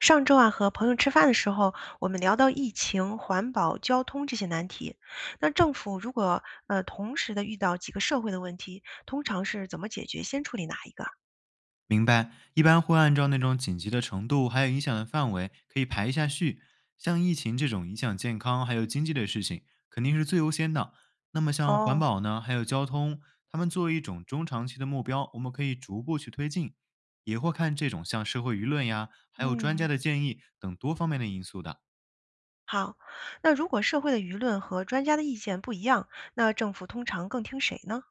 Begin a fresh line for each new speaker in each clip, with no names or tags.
上周啊，和朋友吃饭的时候，我们聊到疫情、环保、交通这些难题。那政府如果同时的遇到几个社会的问题，通常是怎么解决？先处理哪一个？
明白，一般会按照那种紧急的程度，还有影响的范围，可以排一下序。像疫情这种影响健康还有经济的事情，肯定是最优先的。那么像环
哦。
保呢，还有交通，他们作为一种中长期的目标，我们可以逐步去推进，也会看这种像社会舆论呀，还有专家
嗯，
的建议等多方面的因素的。
好。那如果社会的舆论和专家的意见不一样，那政府通常更听谁呢？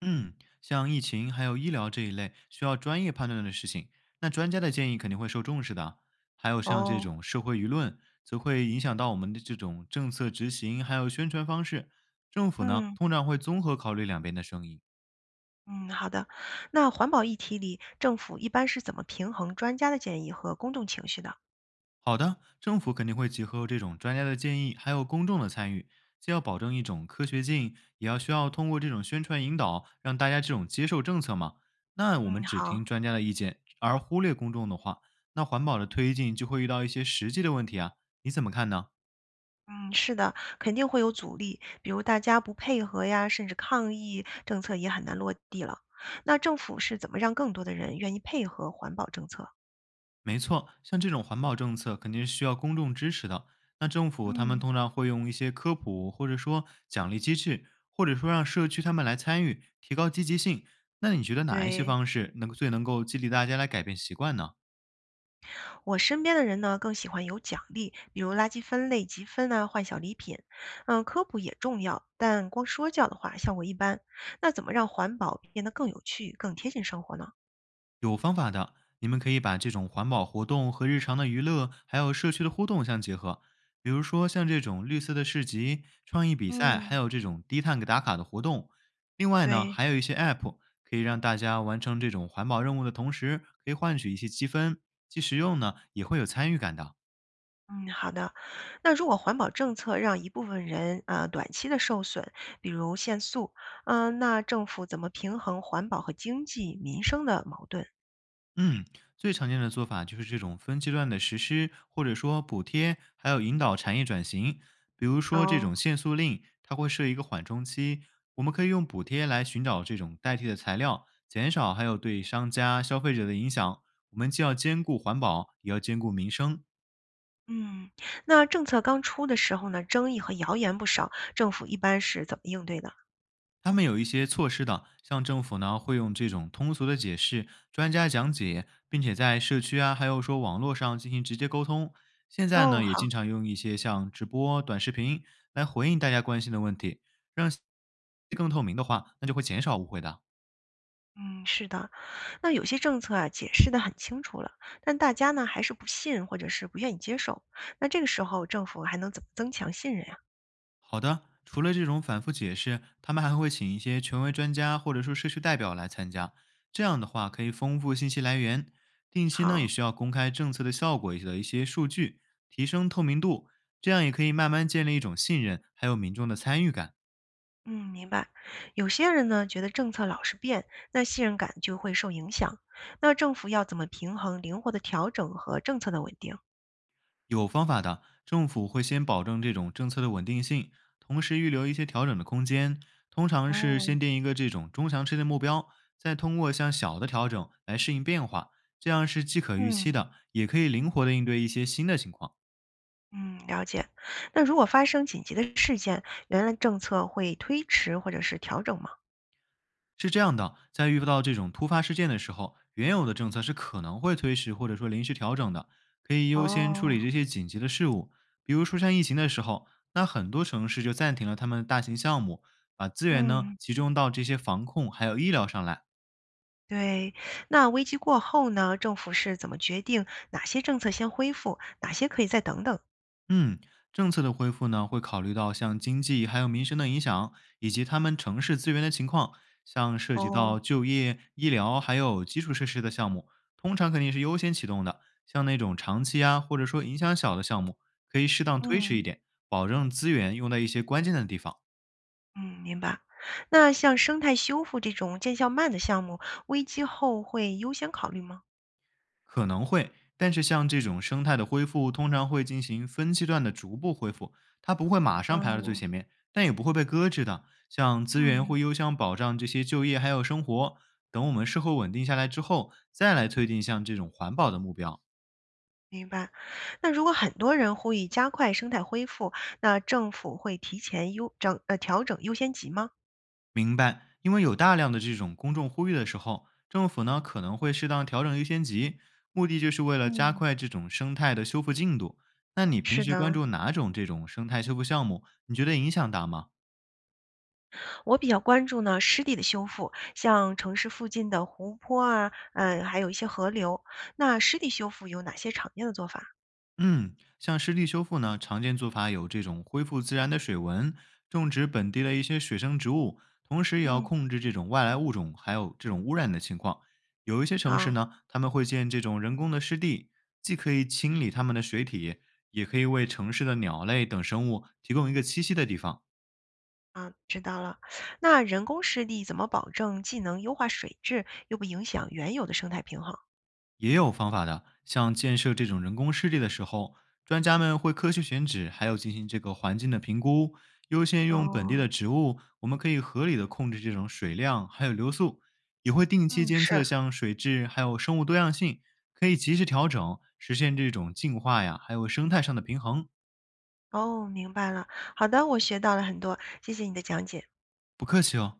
嗯，像疫情还有医疗这一类需要专业判断的事情，那专家的建议肯定会受重视的。还有像这
哦。
种社会舆论，则会影响到我们的这种政策执行，还有宣传方式。政府呢，
嗯
通常会综合考虑两边的声音。
嗯，好的。那环保议题里，政府一般是怎么平衡专家的建议和公众情绪的？
好的，政府肯定会结合这种专家的建议，还有公众的参与，既要保证一种科学性，也要需要通过这种宣传引导，让大家这种接受政策嘛。那我
嗯，
们只听
好。
专家的意见，而忽略公众的话，那环保的推进就会遇到一些实际的问题啊。你怎么看呢？
嗯，是的，肯定会有阻力，比如大家不配合呀，甚至抗议，政策也很难落地了。那政府是怎么让更多的人愿意配合环保政策？
没错，像这种环保政策肯定是需要公众支持的。那政府他们
嗯。
通常会用一些科普，或者说奖励机制，或者说让社区他们来参与，提高积极性。那你觉得哪一些
对，
方式能最能够激励大家来改变习惯呢？
我身边的人呢，更喜欢有奖励，比如垃圾分类积分啊，换小礼品。嗯，科普也重要，但光说教的话效果一般。那怎么让环保变得更有趣、更贴近生活呢？
有方法的，你们可以把这种环保活动和日常的娱乐，还有社区的互动相结合。比如说像这种绿色的市集、创意比赛，还
嗯。
有这种低碳打卡的活动。另外呢，
对。
还有一些 App 可以让大家完成这种环保任务的同时，可以换取一些积分，既实用呢，也会有参与感的。
嗯，好的。那如果环保政策让一部分人啊、短期的受损，比如限速，嗯、那政府怎么平衡环保和经济民生的矛盾？
嗯，最常见的做法就是这种分阶段的实施，或者说补贴，还有引导产业转型。比如说这
哦。
种限塑令，它会设一个缓冲期，我们可以用补贴来寻找这种代替的材料，减少还有对商家、消费者的影响。我们既要兼顾环保，也要兼顾民生。
嗯，那政策刚出的时候呢，争议和谣言不少，政府一般是怎么应对的？
他们有一些措施的，像政府呢会用这种通俗的解释、专家讲解，并且在社区啊，还有说网络上进行直接沟通。现在
哦，
呢，也
好。
经常用一些像直播、短视频来回应大家关心的问题，让信息更透明的话，那就会减少误会的。
嗯，是的。那有些政策啊，解释的很清楚了，但大家呢还是不信或者是不愿意接受。那这个时候，政府还能怎么增强信任呀、
好的，除了这种反复解释，他们还会请一些权威专家或者说社区代表来参加。这样的话，可以丰富信息来源。定期呢，
好。
也需要公开政策的效果的一些数据，提升透明度。这样也可以慢慢建立一种信任，还有民众的参与感。
嗯，明白。有些人呢，觉得政策老是变，那信任感就会受影响。那政府要怎么平衡灵活的调整和政策的稳定？
有方法的，政府会先保证这种政策的稳定性，同时预留一些调整的空间。通常是先
哦。
定一个这种中长期的目标，再通过向小的调整来适应变化，这样是既可预期
嗯
的，也可以灵活的应对一些新的情况。
嗯，了解。那如果发生紧急的事件，原来政策会推迟或者是调整吗？
是这样的，在遇不到这种突发事件的时候，原有的政策是可能会推迟或者说临时调整的，可以优先处
哦。
理这些紧急的事务。比如疏散疫情的时候，那很多城市就暂停了他们的大型项目，把资源呢
嗯，
集中到这些防控还有医疗上来。
对。那危机过后呢，政府是怎么决定哪些政策先恢复，哪些可以再等等？
嗯，政策的恢复呢，会考虑到像经济还有民生的影响，以及他们城市资源的情况，像涉及到
哦。
就业、医疗还有基础设施的项目，通常肯定是优先启动的。像那种长期啊，或者说影响小的项目，可以适当推迟一
嗯。
点，保证资源用在一些关键的地方。
嗯，明白。那像生态修复这种见效慢的项目，危机后会优先考虑吗？
可能会，但是像这种生态的恢复，通常会进行分阶段的逐步恢复，它不会马上排到最
哦。
前面，但也不会被搁置的。像资源
嗯，
会优先保障这些就业还有生活，等我们社会稳定下来之后，再来推进像这种环保的目标。
明白。那如果很多人呼吁加快生态恢复，那政府会提前优整调整优先级吗？
明白？因为有大量的这种公众呼吁的时候，政府呢可能会适当调整优先级，目的就是为了加
嗯，
快这种生态的修复进度。那你平
是
时关
的，
注哪种这种生态修复项目？你觉得影响大吗？
我比较关注呢湿地的修复，像城市附近的湖泊啊，嗯，还有一些河流。那湿地修复有哪些常见的做法？
嗯，像湿地修复呢，常见做法有这种恢复自然的水文，种植本地的一些水生植物，同时也要
嗯，
控制这种外来物种还有这种污染的情况。有一些城
好。
市呢，他们会建这种人工的湿地，既可以清理它们的水体，也可以为城市的鸟类等生物提供一个栖息的地方。
啊，知道了。那人工湿地怎么保证既能优化水质，又不影响原有的生态平衡？
也有方法的，像建设这种人工湿地的时候，专家们会科学选址，还有进行这个环境的评估，优先用本地
哦。
的植物。我们可以合理的控制这种水量，还有流速，也会定期
嗯，
监测
是。
像水质还有生物多样性，可以及时调整，实现这种净化呀，还有生态上的平衡。
哦，明白了。好的，我学到了很多，谢谢你的讲解。
不客气哦。